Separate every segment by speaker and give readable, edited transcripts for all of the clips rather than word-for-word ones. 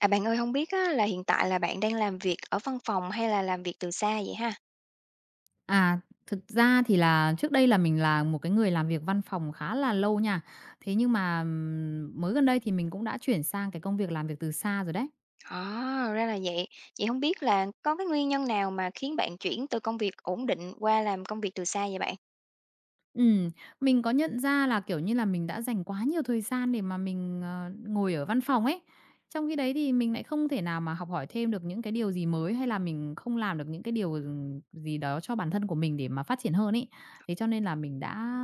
Speaker 1: À, bạn ơi, không biết á là hiện tại là bạn đang làm việc ở văn phòng hay là làm việc từ xa vậy ha?
Speaker 2: À, thực ra thì là trước đây là mình là một cái người làm việc văn phòng khá là lâu nha. Thế nhưng mà, mới gần đây thì mình cũng đã chuyển sang cái công việc làm việc từ xa rồi đấy.
Speaker 1: À, ra là vậy. Vậy không biết là có cái nguyên nhân nào mà khiến bạn chuyển từ công việc ổn định qua làm công việc từ xa vậy bạn?
Speaker 2: Ừm, mình có nhận ra là, kiểu như là, mình đã dành quá nhiều thời gian để mà mình, ngồi ở văn phòng ấy. Trong khi đấy thì mình lại không thể nào mà học hỏi thêm được những cái điều gì mới, hay là mình không làm được những cái điều, gì đó cho bản thân của mình để mà phát triển hơn ấy. Thế cho nên là mình đã,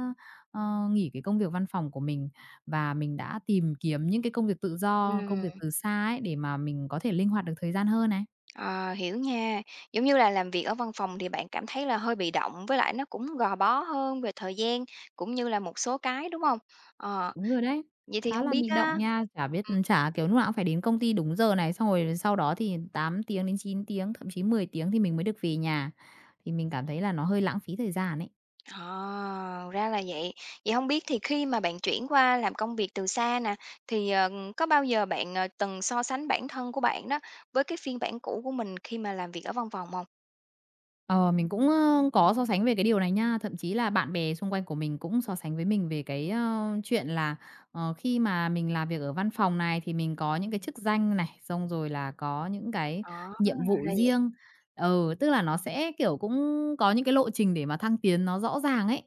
Speaker 2: ờ, nghỉ cái công việc văn phòng của mình và mình đã tìm kiếm những cái công việc tự do, công
Speaker 1: Ừm,
Speaker 2: việc từ xa ấy, để mà mình có thể linh hoạt được thời gian hơn này.
Speaker 1: ờ, Hiểu nha. Giống như là làm việc ở văn phòng thì bạn cảm thấy là hơi bị động, với lại nó cũng gò bó hơn về thời gian cũng như là một số cái, đúng không? Ờ,
Speaker 2: Đúng rồi đấy,
Speaker 1: Vậy thì
Speaker 2: khá
Speaker 1: không
Speaker 2: là
Speaker 1: biết
Speaker 2: bị động
Speaker 1: á.
Speaker 2: nha, chả biết ừ, chả, kiểu, lúc nào cũng phải đến công ty đúng giờ này, xong rồi sau đó thì 8 tiếng đến 9 tiếng, thậm chí 10 tiếng thì mình mới được về nhà, thì mình cảm thấy là nó hơi lãng phí thời gian ấy.
Speaker 1: À, ra là vậy. Vậy không biết thì khi mà bạn chuyển qua làm công việc từ xa nè, thì, có bao giờ bạn, từng so sánh bản thân của bạn đó với cái phiên bản cũ của mình khi mà làm việc ở văn phòng không?
Speaker 2: Ờ, mình cũng, có so sánh về cái điều này nha. Thậm chí là bạn bè xung quanh của mình cũng so sánh với mình về cái, chuyện là, khi mà mình làm việc ở văn phòng này thì mình có những cái chức danh này, xong rồi là có những cái
Speaker 1: Ờ,
Speaker 2: nhiệm vụ
Speaker 1: ra vậy.
Speaker 2: riêng. Ừ, tức là nó sẽ, kiểu, cũng có những cái lộ trình để mà thăng tiến nó rõ ràng ấy.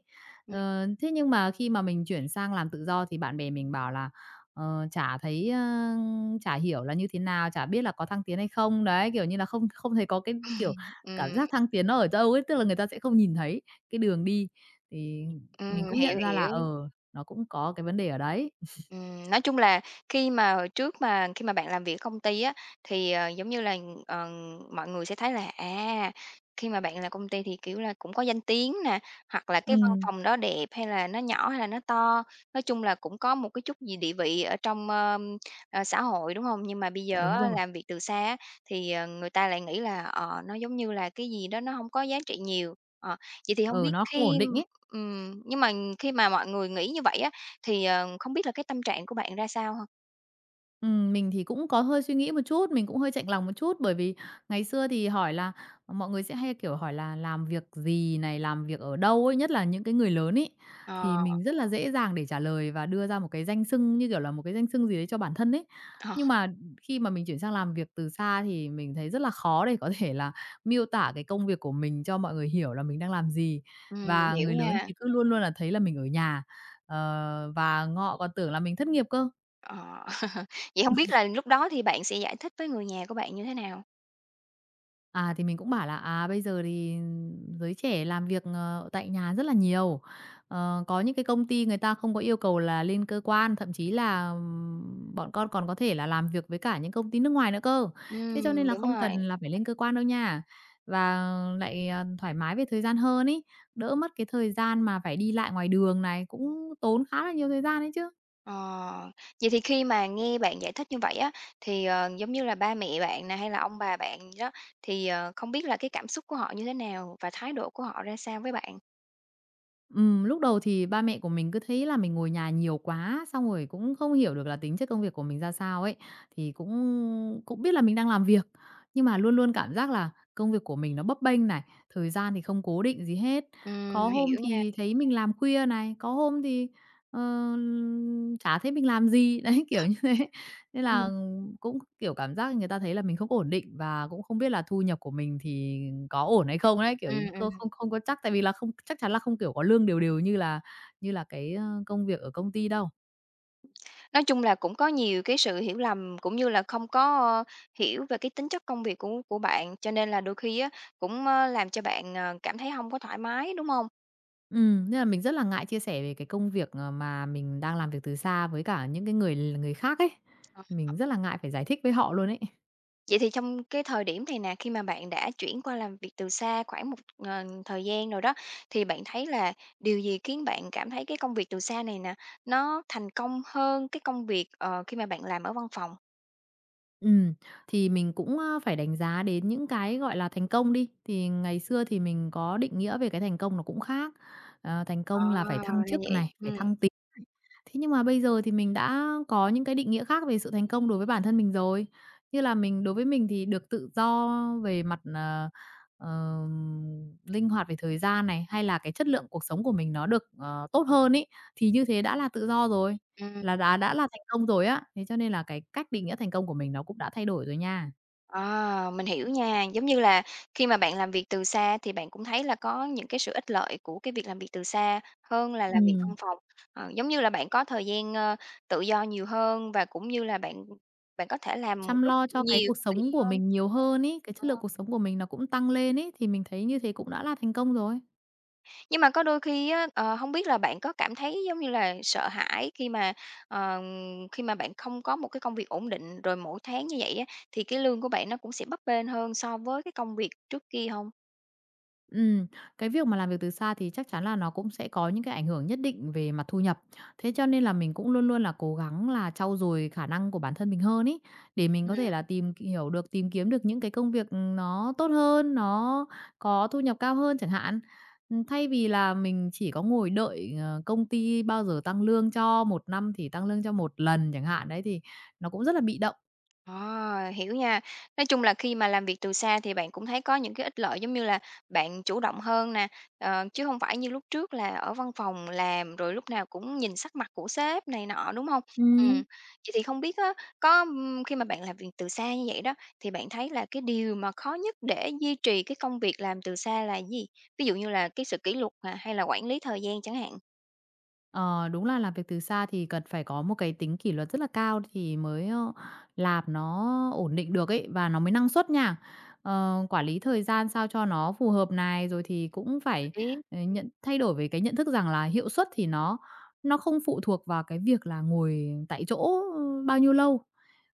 Speaker 1: Ừm,
Speaker 2: Thế nhưng mà khi mà mình chuyển sang làm tự do thì bạn bè mình bảo là, chả thấy, chả hiểu là như thế nào, chả biết là có thăng tiến hay không. Đấy, kiểu như là, không không thấy có cái, kiểu. Cảm
Speaker 1: ừm,
Speaker 2: giác thăng tiến nó ở đâu ấy, tức là người ta sẽ không nhìn thấy cái đường đi, thì mình cũng
Speaker 1: hiểu,
Speaker 2: nhận ra là,
Speaker 1: hiểu.
Speaker 2: nó cũng có cái vấn đề ở đấy.
Speaker 1: Nói chung là khi mà hồi trước mà khi mà bạn làm việc ở công ty á, thì, giống như là, ờ, mọi người sẽ thấy là, à, khi mà bạn làm công ty thì, kiểu là, cũng có danh tiếng nè, hoặc là cái văn
Speaker 2: Ừm,
Speaker 1: phòng đó đẹp hay là nó nhỏ hay là nó to, nói chung là cũng có một cái chút gì địa vị ở trong, xã hội, đúng không? Nhưng mà bây giờ
Speaker 2: đúng
Speaker 1: á,
Speaker 2: rồi,
Speaker 1: làm việc từ xa á, thì, người ta lại nghĩ là, nó giống như là cái gì đó nó không có giá trị nhiều. Ờ, Vậy thì không
Speaker 2: ừ,
Speaker 1: biết
Speaker 2: nó không ổn
Speaker 1: khi
Speaker 2: định ấy.
Speaker 1: nhưng mà khi mà mọi người nghĩ như vậy á, thì, không biết là cái tâm trạng của bạn ra sao ha?
Speaker 2: Mình thì cũng có hơi suy nghĩ một chút, mình cũng hơi chạnh lòng một chút, bởi vì ngày xưa thì hỏi là mọi người sẽ hay, kiểu, hỏi là "Làm việc gì này? Làm việc ở đâu ấy?" Nhất là những cái người lớn ấy, thì
Speaker 1: Ờ,
Speaker 2: mình rất là dễ dàng để trả lời và đưa ra một cái danh xưng, như kiểu là, một cái danh xưng gì đấy cho bản thân ấy.
Speaker 1: ờ,
Speaker 2: Nhưng mà khi mà mình chuyển sang làm việc từ xa thì mình thấy rất là khó để có thể là miêu tả cái công việc của mình cho mọi người hiểu là mình đang làm gì. Và
Speaker 1: hiểu
Speaker 2: người lớn
Speaker 1: nha.
Speaker 2: thì cứ luôn luôn là thấy là mình ở nhà, và ngọ còn tưởng là mình thất nghiệp cơ.
Speaker 1: Ờ, vậy hông biết là lúc đó thì bạn sẽ giải thích với người nhà của bạn như thế nào?
Speaker 2: À, thì mình cũng bảo là, à, bây giờ thì giới trẻ làm việc, tại nhà rất là nhiều. Ờ, có những cái công ty người ta không có yêu cầu là lên cơ quan, thậm chí là, bọn con còn có thể là làm việc với cả những công ty nước ngoài nữa cơ. Thế cho nên là
Speaker 1: Đúng
Speaker 2: không
Speaker 1: rồi.
Speaker 2: cần là phải lên cơ quan đâu nha. Và lại, thoải mái về thời gian hơn ý đỡ mất cái thời gian mà phải đi lại ngoài đường này, cũng tốn khá là nhiều thời gian đấy chứ.
Speaker 1: Ờ, Vậy thì khi mà nghe bạn giải thích như vậy á, thì, giống như là ba mẹ bạn nè, hay là ông bà bạn đó, thì, không biết là cái cảm xúc của họ như thế nào và thái độ của họ ra sao với bạn?
Speaker 2: Lúc đầu thì ba mẹ của mình cứ thấy là mình ngồi nhà nhiều quá, xong rồi cũng không hiểu được là tính chất công việc của mình ra sao ấy, thì cũng cũng biết là mình đang làm việc, nhưng mà luôn luôn cảm giác là công việc của mình nó bấp bênh này, thời gian thì không cố định gì hết. Có hôm
Speaker 1: Hiểu nha.
Speaker 2: thì thấy mình làm khuya này, có hôm thì, ờ, chả thấy mình làm gì, đấy, kiểu như thế. Nên là
Speaker 1: Ừm.
Speaker 2: cũng, kiểu, cảm giác người ta thấy là mình không ổn định và cũng không biết là thu nhập của mình thì có ổn hay không đấy, kiểu, như
Speaker 1: Ừm, ừm.
Speaker 2: không không không có chắc, tại vì là không chắc chắn là không, kiểu, có lương đều đều như là cái, công việc ở công ty đâu.
Speaker 1: Nói chung là cũng có nhiều cái sự hiểu lầm, cũng như là không có, hiểu về cái tính chất công việc của bạn, cho nên là đôi khi á, cũng, làm cho bạn, cảm thấy không có thoải mái, đúng không?
Speaker 2: Nên là mình rất là ngại chia sẻ về cái công việc, mà mình đang làm việc từ xa với cả những cái người người khác ấy.
Speaker 1: Ờ,
Speaker 2: Mình rất là ngại phải giải thích với họ luôn ấy.
Speaker 1: Vậy thì trong cái thời điểm này nè, khi mà bạn đã chuyển qua làm việc từ xa khoảng một, thời gian rồi đó, thì bạn thấy là điều gì khiến bạn cảm thấy cái công việc từ xa này nè, nó thành công hơn cái công việc, khi mà bạn làm ở văn phòng?
Speaker 2: Ừm, thì mình cũng, phải đánh giá đến những cái, gọi là, thành công đi, thì ngày xưa thì mình có định nghĩa về cái thành công nó cũng khác. Ờ, thành
Speaker 1: À,
Speaker 2: công là phải
Speaker 1: ra
Speaker 2: thăng chức
Speaker 1: vậy.
Speaker 2: này, phải
Speaker 1: Ừ,
Speaker 2: thăng tiến. Thế nhưng mà bây giờ thì mình đã có những cái định nghĩa khác về sự thành công đối với bản thân mình rồi. Như là mình đối với mình thì được tự do về mặt, ờm, linh hoạt về thời gian này, hay là cái chất lượng cuộc sống của mình nó được, tốt hơn ấy, thì như thế đã là tự do rồi,
Speaker 1: ừ.
Speaker 2: là đã là thành công rồi á. Thế cho nên là cái cách định nghĩa thành công của mình nó cũng đã thay đổi rồi nha.
Speaker 1: À, mình hiểu nha. Giống như là khi mà bạn làm việc từ xa thì bạn cũng thấy là có những cái sự ích lợi của cái việc làm việc từ xa hơn là làm việc văn
Speaker 2: Ừm,
Speaker 1: phòng. Giống như là bạn có thời gian, tự do nhiều hơn và cũng như là bạn bạn có thể làm một
Speaker 2: chăm
Speaker 1: lúc
Speaker 2: lo cho cái
Speaker 1: nhiều
Speaker 2: cuộc
Speaker 1: việc
Speaker 2: sống của
Speaker 1: hơn.
Speaker 2: mình nhiều hơn ấy, cái chất
Speaker 1: Ờ,
Speaker 2: lượng cuộc sống của mình nó cũng tăng lên ấy, thì mình thấy như thế cũng đã là thành công rồi.
Speaker 1: nhưng mà có đôi khi á, hông biết là bạn có cảm thấy, giống như là, sợ hãi ờ, khi mà bạn không có một cái công việc ổn định, rồi mỗi tháng như vậy á, thì cái lương của bạn nó cũng sẽ bấp bênh hơn so với cái công việc trước kia không?
Speaker 2: Ừm, cái việc mà làm việc từ xa thì chắc chắn là nó cũng sẽ có những cái ảnh hưởng nhất định về mặt thu nhập. Thế cho nên là mình cũng luôn luôn là cố gắng là trau dồi khả năng của bản thân mình hơn ý để mình có thể là tìm hiểu được, tìm kiếm được những cái công việc nó tốt hơn, nó có thu nhập cao hơn chẳng hạn. Thay vì là mình chỉ có ngồi đợi, công ty bao giờ tăng lương cho, một năm thì tăng lương cho một lần chẳng hạn, đấy, thì nó cũng rất là bị động.
Speaker 1: À, hiểu nha. Nói chung là khi mà làm việc từ xa thì bạn cũng thấy có những cái ích lợi giống như là bạn chủ động hơn nè, chứ không phải như lúc trước là ở văn phòng làm rồi lúc nào cũng nhìn sắc mặt của sếp này nọ, đúng không? Ừm,
Speaker 2: Ừm.
Speaker 1: Vậy thì không biết á, có, khi mà bạn làm việc từ xa như vậy đó, thì bạn thấy là cái điều mà khó nhất để duy trì cái công việc làm từ xa là gì? Ví dụ như là cái sự kỷ luật à hay là quản lý thời gian chẳng hạn?
Speaker 2: Ờ, đúng là làm việc từ xa thì cần phải có một cái tính kỷ luật rất là cao thì mới, làm nó ổn định được ấy, và nó mới năng suất nha. Ờ, quản lý thời gian sao cho nó phù hợp này, rồi thì cũng phải,
Speaker 1: Biết.
Speaker 2: nhận thay đổi về cái nhận thức rằng là hiệu suất thì nó không phụ thuộc vào cái việc là ngồi tại chỗ bao nhiêu lâu,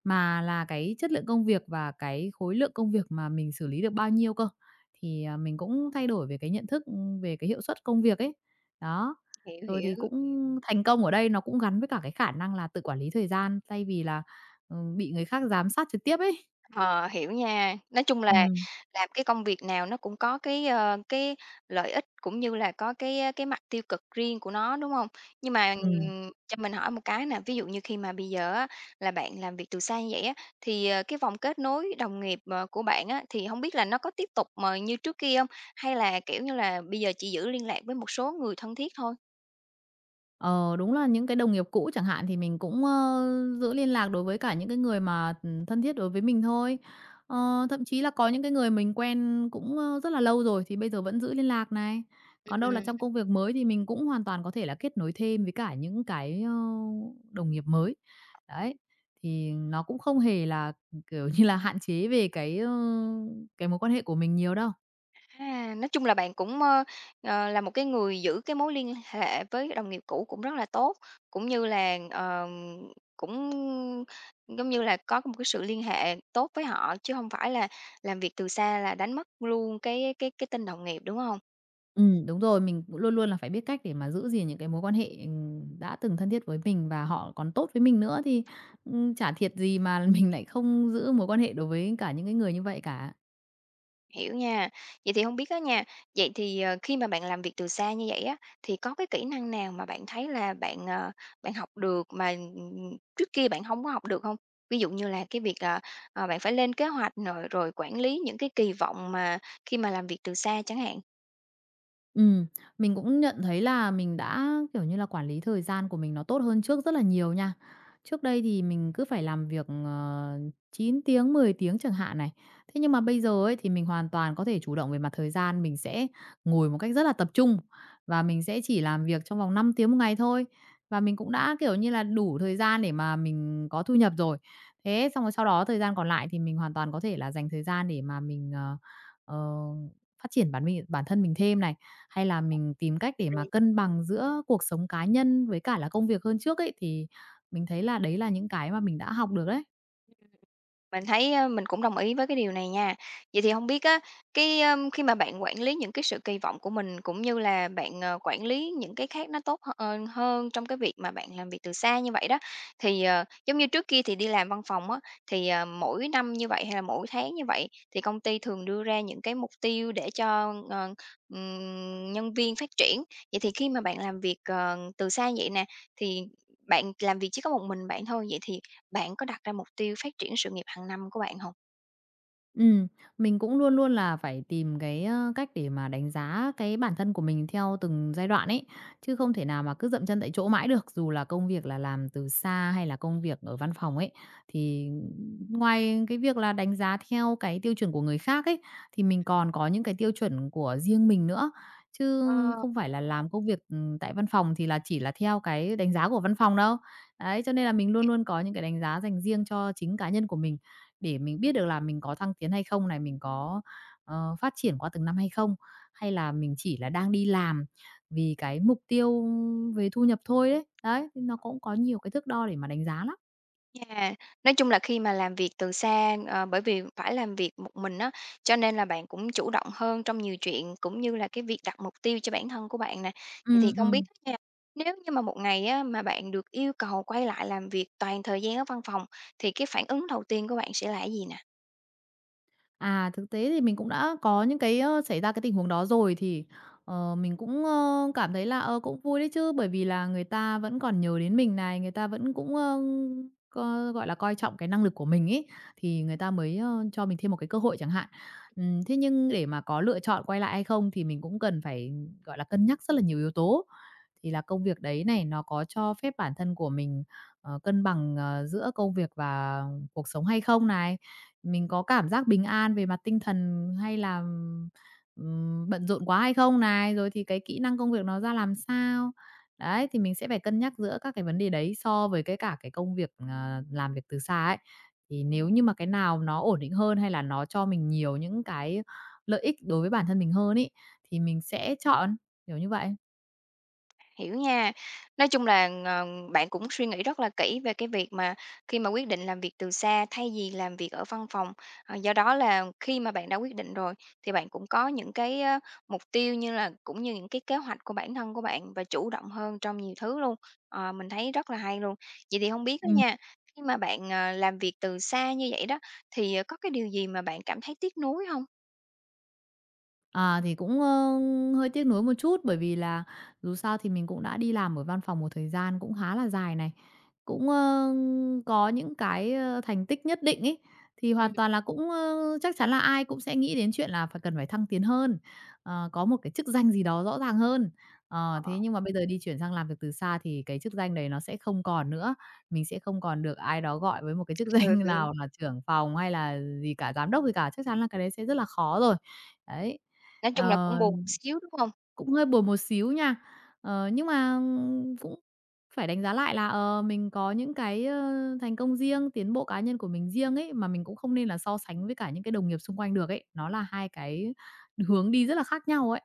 Speaker 2: mà là cái chất lượng công việc và cái khối lượng công việc mà mình xử lý được bao nhiêu cơ. Thì, à, mình cũng thay đổi về cái nhận thức, ừ, về cái hiệu suất công việc ấy. Đó.
Speaker 1: Hiểu,
Speaker 2: Rồi
Speaker 1: hiểu.
Speaker 2: thì cũng thành công ở đây nó cũng gắn với cả cái khả năng là tự quản lý thời gian, thay vì là, bị người khác giám sát trực tiếp ấy.
Speaker 1: Ờ, Hiểu nha. Nói chung là
Speaker 2: Ừm,
Speaker 1: làm cái công việc nào nó cũng có cái lợi ích cũng như là có cái mặt tiêu cực riêng của nó, đúng không? Nhưng mà,
Speaker 2: ừm.
Speaker 1: cho mình hỏi một cái nè, ví dụ như khi mà bây giờ á là bạn làm việc từ xa như vậy á, thì, cái vòng kết nối đồng nghiệp, của bạn á, thì không biết là nó có tiếp tục mà như trước kia không? Hay là, kiểu như là, bây giờ chỉ giữ liên lạc với một số người thân thiết thôi?
Speaker 2: Ờ, đúng là những cái đồng nghiệp cũ chẳng hạn thì mình cũng, giữ liên lạc đối với cả những cái người mà, thân thiết đối với mình thôi. Ờ, thậm chí là có những cái người mình quen cũng, rất là lâu rồi thì bây giờ vẫn giữ liên lạc này. Còn đâu là trong công việc mới thì mình cũng hoàn toàn có thể là kết nối thêm với cả những cái, đồng nghiệp mới. Đấy, thì nó cũng không hề là, kiểu như là, hạn chế về cái, cái mối quan hệ của mình nhiều đâu.
Speaker 1: À, nói chung là bạn cũng, là một cái người giữ cái mối liên hệ với đồng nghiệp cũ cũng rất là tốt, cũng như là, cũng, giống như là, có một cái sự liên hệ tốt với họ, chứ không phải là làm việc từ xa là đánh mất luôn cái tên đồng nghiệp, đúng không?
Speaker 2: Đúng rồi, mình cũng luôn luôn là phải biết cách để mà giữ gìn những cái mối quan hệ, đã từng thân thiết với mình và họ còn tốt với mình nữa thì, chả thiệt gì mà mình lại không giữ mối quan hệ đối với cả những cái người như vậy cả.
Speaker 1: Hiểu nha. Vậy thì không biết đó nha, vậy thì, khi mà bạn làm việc từ xa như vậy á, thì có cái kỹ năng nào mà bạn thấy là bạn học được mà, trước kia bạn không có học được không? Ví dụ như là cái việc, bạn phải lên kế hoạch rồi rồi quản lý những cái kỳ vọng mà khi mà làm việc từ xa chẳng hạn.
Speaker 2: Ừ, mình cũng nhận thấy là mình đã, kiểu như là, quản lý thời gian của mình nó tốt hơn trước rất là nhiều nha. Trước đây thì mình cứ phải làm việc, 9 tiếng, 10 tiếng chẳng hạn này. Thế nhưng mà bây giờ ấy thì mình hoàn toàn có thể chủ động về mặt thời gian, mình sẽ ngồi một cách rất là tập trung và mình sẽ chỉ làm việc trong vòng 5 tiếng một ngày thôi. Và mình cũng đã, kiểu như là, đủ thời gian để mà mình có thu nhập rồi. Thế xong rồi sau đó thời gian còn lại thì mình hoàn toàn có thể là dành thời gian để mà mình, ờ phát triển bản thân mình thêm này, hay là mình tìm cách để mà cân bằng giữa cuộc sống cá nhân với cả là công việc hơn trước ấy, thì mình thấy là đấy là những cái mà mình đã học được đấy.
Speaker 1: Mình thấy, mình cũng đồng ý với cái điều này nha. Vậy thì không biết á, cái, khi mà bạn quản lý những cái sự kỳ vọng của mình, cũng như là bạn quản lý những cái khác nó tốt hơn trong cái việc mà bạn làm việc từ xa như vậy đó, thì, giống như trước kia thì đi làm văn phòng á, thì, mỗi năm như vậy hay là mỗi tháng như vậy thì công ty thường đưa ra những cái mục tiêu để cho, nhân viên phát triển. Vậy thì khi mà bạn làm việc, từ xa vậy nè, thì bạn làm việc chỉ có một mình bạn thôi, vậy thì bạn có đặt ra mục tiêu phát triển sự nghiệp hàng năm của bạn hông?
Speaker 2: Ừm, mình cũng luôn luôn là phải tìm cách để mà đánh giá cái bản thân của mình theo từng giai đoạn ấy, chứ không thể nào mà cứ dậm chân tại chỗ mãi được, dù là công việc là làm từ xa hay là công việc ở văn phòng ấy. Thì ngoài cái việc là đánh giá theo cái tiêu chuẩn của người khác ấy, thì mình còn có những cái tiêu chuẩn của riêng mình nữa, chứ
Speaker 1: Ờ.
Speaker 2: không phải là làm công việc tại văn phòng thì là chỉ là theo cái đánh giá của văn phòng đâu. Đấy, cho nên là mình luôn luôn có những cái đánh giá dành riêng cho chính cá nhân của mình. Để mình biết được là mình có thăng tiến hay không này, mình có phát triển qua từng năm hay không? Hay là mình chỉ là đang đi làm vì cái mục tiêu về thu nhập thôi đấy. Đấy, nó cũng có nhiều cái thước đo để mà đánh giá lắm.
Speaker 1: Yeah, nói chung là khi mà làm việc từ xa, bởi vì phải làm việc một mình á, cho nên là bạn cũng chủ động hơn trong nhiều chuyện, cũng như là cái việc đặt mục tiêu cho bản thân của bạn nè. Vậy thì
Speaker 2: Ừm,
Speaker 1: không biết
Speaker 2: ừm.
Speaker 1: á nha, nếu như mà một ngày á, mà bạn được yêu cầu quay lại làm việc toàn thời gian ở văn phòng, thì cái phản ứng đầu tiên của bạn sẽ là cái gì nè?
Speaker 2: À, thực tế thì mình cũng đã có xảy ra cái tình huống đó rồi thì, mình cảm thấy là, ờ, cũng vui đấy chứ, bởi vì là người ta vẫn còn nhớ đến mình này, người ta vẫn cũng, ơ, co gọi là, coi trọng cái năng lực của mình ấy, thì người ta mới cho mình thêm một cái cơ hội chẳng hạn. Thế nhưng để mà có lựa chọn quay lại hay không thì mình cũng cần phải, gọi là, cân nhắc rất là nhiều yếu tố thì là công việc đấy này nó có cho phép bản thân của mình cân bằng giữa công việc và cuộc sống hay không này? Mình có cảm giác bình an về mặt tinh thần hay là, bận rộn quá hay không này? Rồi thì cái kỹ năng công việc nó ra làm sao? Đấy, thì mình sẽ phải cân nhắc giữa các cái vấn đề đấy so với cái cả cái công việc làm việc từ xa ấy. Thì nếu như mà cái nào nó ổn định hơn hay là nó cho mình nhiều những cái lợi ích đối với bản thân mình hơn ý thì mình sẽ chọn, kiểu như vậy.
Speaker 1: Hiểu nha. Nói chung là, bạn cũng suy nghĩ rất là kỹ về cái việc mà khi mà quyết định làm việc từ xa thay vì làm việc ở văn phòng. Do đó là khi mà bạn đã quyết định rồi thì bạn cũng có những cái, mục tiêu như là cũng như những cái kế hoạch của bản thân của bạn và chủ động hơn trong nhiều thứ luôn. Mình thấy rất là hay luôn. Vậy thì không biết á
Speaker 2: Ừ.
Speaker 1: nha, khi mà bạn làm việc từ xa như vậy đó, thì, có cái điều gì mà bạn cảm thấy tiếc nuối không?
Speaker 2: À, thì cũng hơi tiếc nuối một chút, bởi vì là dù sao thì mình cũng đã đi làm ở văn phòng một thời gian cũng khá là dài này, cũng, ơ, có thành tích nhất định ấy, thì
Speaker 1: Ừm.
Speaker 2: hoàn toàn là chắc chắn là ai cũng sẽ nghĩ đến chuyện là phải cần phải thăng tiến hơn, có một cái chức danh gì đó rõ ràng hơn. Ờ,
Speaker 1: Ờ,
Speaker 2: thế nhưng mà bây giờ đi chuyển sang làm việc từ xa thì cái chức danh đấy nó sẽ không còn nữa. Mình sẽ không còn được ai đó gọi với một cái chức
Speaker 1: ừ,
Speaker 2: danh
Speaker 1: ừ.
Speaker 2: nào là trưởng phòng hay là gì cả, giám đốc gì cả, chắc chắn là cái đấy sẽ rất là khó rồi. Đấy,
Speaker 1: Nói chung là
Speaker 2: ờ,
Speaker 1: cũng buồn một xíu, đúng không?
Speaker 2: cũng hơi buồn một xíu nha. Ờ, nhưng mà, cũng phải đánh giá lại là, ờ, mình có thành công riêng, tiến bộ cá nhân của mình riêng ấy, mà mình cũng không nên là so sánh với cả những cái đồng nghiệp xung quanh được ấy. Nó là hai cái hướng đi rất là khác nhau ấy.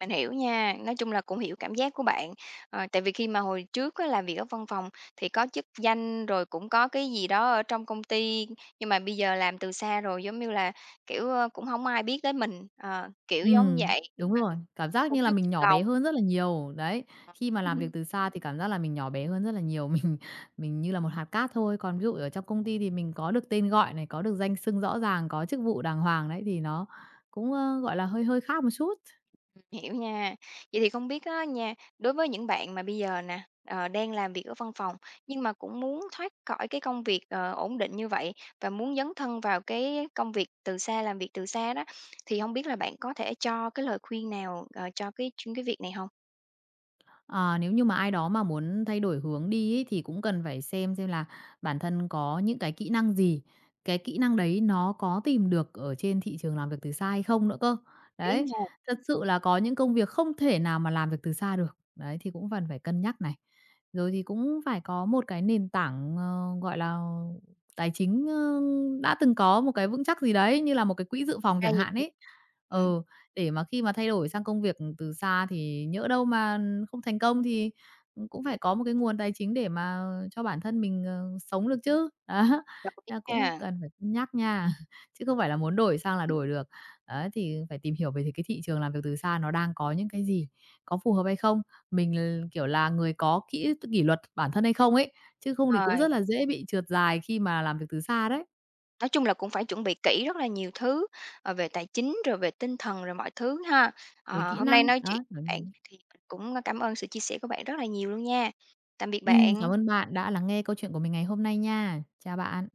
Speaker 1: Mình hiểu nha, nói chung là cũng hiểu cảm giác của bạn. Tại vì khi mà hồi trước á, làm việc ở văn phòng thì có chức danh rồi cũng có cái gì đó ở trong công ty, nhưng mà bây giờ làm từ xa rồi, giống như là, kiểu, cũng không ai biết tới mình, kiểu giống vậy,
Speaker 2: Đúng rồi,
Speaker 1: mình
Speaker 2: cảm giác
Speaker 1: một
Speaker 2: như là
Speaker 1: chút
Speaker 2: mình
Speaker 1: chạnh
Speaker 2: nhỏ bé
Speaker 1: lòng.
Speaker 2: hơn rất là nhiều, đấy. Khi mà làm việc từ xa thì cảm giác là mình nhỏ bé hơn rất là nhiều, mình như là một hạt cát thôi. Còn ví dụ ở trong công ty thì mình có được tên gọi này, có được danh xưng rõ ràng, có chức vụ đàng hoàng đấy, thì nó gọi là, hơi hơi khác một chút.
Speaker 1: Hiểu nha. Vậy thì không biết á nha, đối với những bạn mà bây giờ nè, đang làm việc ở văn phòng nhưng mà cũng muốn thoát khỏi cái công việc, ổn định như vậy và muốn dấn thân vào cái công việc từ xa, làm việc từ xa đó, thì không biết là bạn có thể cho cái lời khuyên nào, cho cái chuyên cái việc này không?
Speaker 2: Ờ, nếu như mà ai đó mà muốn thay đổi hướng đi ấy, thì cũng cần phải xem là bản thân có những cái kỹ năng gì, cái kỹ năng đấy nó có tìm được ở trên thị trường làm việc từ xa hay không nữa cơ.
Speaker 1: Ý
Speaker 2: Đấy,
Speaker 1: nha,
Speaker 2: thật sự là có những công việc không thể nào mà làm việc từ xa được. Đấy, thì cũng cần phải cân nhắc này. Rồi thì cũng phải có một cái nền tảng, ờ, gọi là, tài chính, đã từng có một cái vững chắc gì đấy, như là một cái quỹ dự phòng
Speaker 1: ra
Speaker 2: chẳng
Speaker 1: vậy.
Speaker 2: hạn ấy.
Speaker 1: ừm,
Speaker 2: Ừ. Để mà khi mà thay đổi sang công việc từ xa thì nhỡ đâu mà không thành công thì, ừ, cũng phải có một cái nguồn tài chính để mà cho bản thân mình sống được chứ. Đó,
Speaker 1: Đồng ý
Speaker 2: nên là cũng
Speaker 1: ha.
Speaker 2: cần phải cân nhắc nha, chứ không phải là muốn đổi sang là đổi được. Đấy, thì phải tìm hiểu về thì cái thị trường làm việc từ xa nó đang có những cái gì, có phù hợp hay không? Mình kiểu là người có kỷ luật bản thân hay không ấy, chứ không thì
Speaker 1: Ờ.
Speaker 2: cũng rất là dễ bị trượt dài khi mà làm việc từ xa đấy,
Speaker 1: Nói chung là cũng phải chuẩn bị kỹ rất là nhiều thứ, về tài chính, rồi về tinh thần, rồi mọi thứ ha.
Speaker 2: về kỹ
Speaker 1: Hôm nay
Speaker 2: năng.
Speaker 1: nói chuyện
Speaker 2: Đó, đúng,
Speaker 1: với bạn
Speaker 2: đúng.
Speaker 1: thì mình cũng, cảm ơn sự chia sẻ của bạn rất là nhiều luôn nha. Tạm biệt
Speaker 2: Cảm
Speaker 1: bạn.
Speaker 2: ơn bạn đã lắng nghe câu chuyện của mình ngày hôm nay nha. Chào bạn.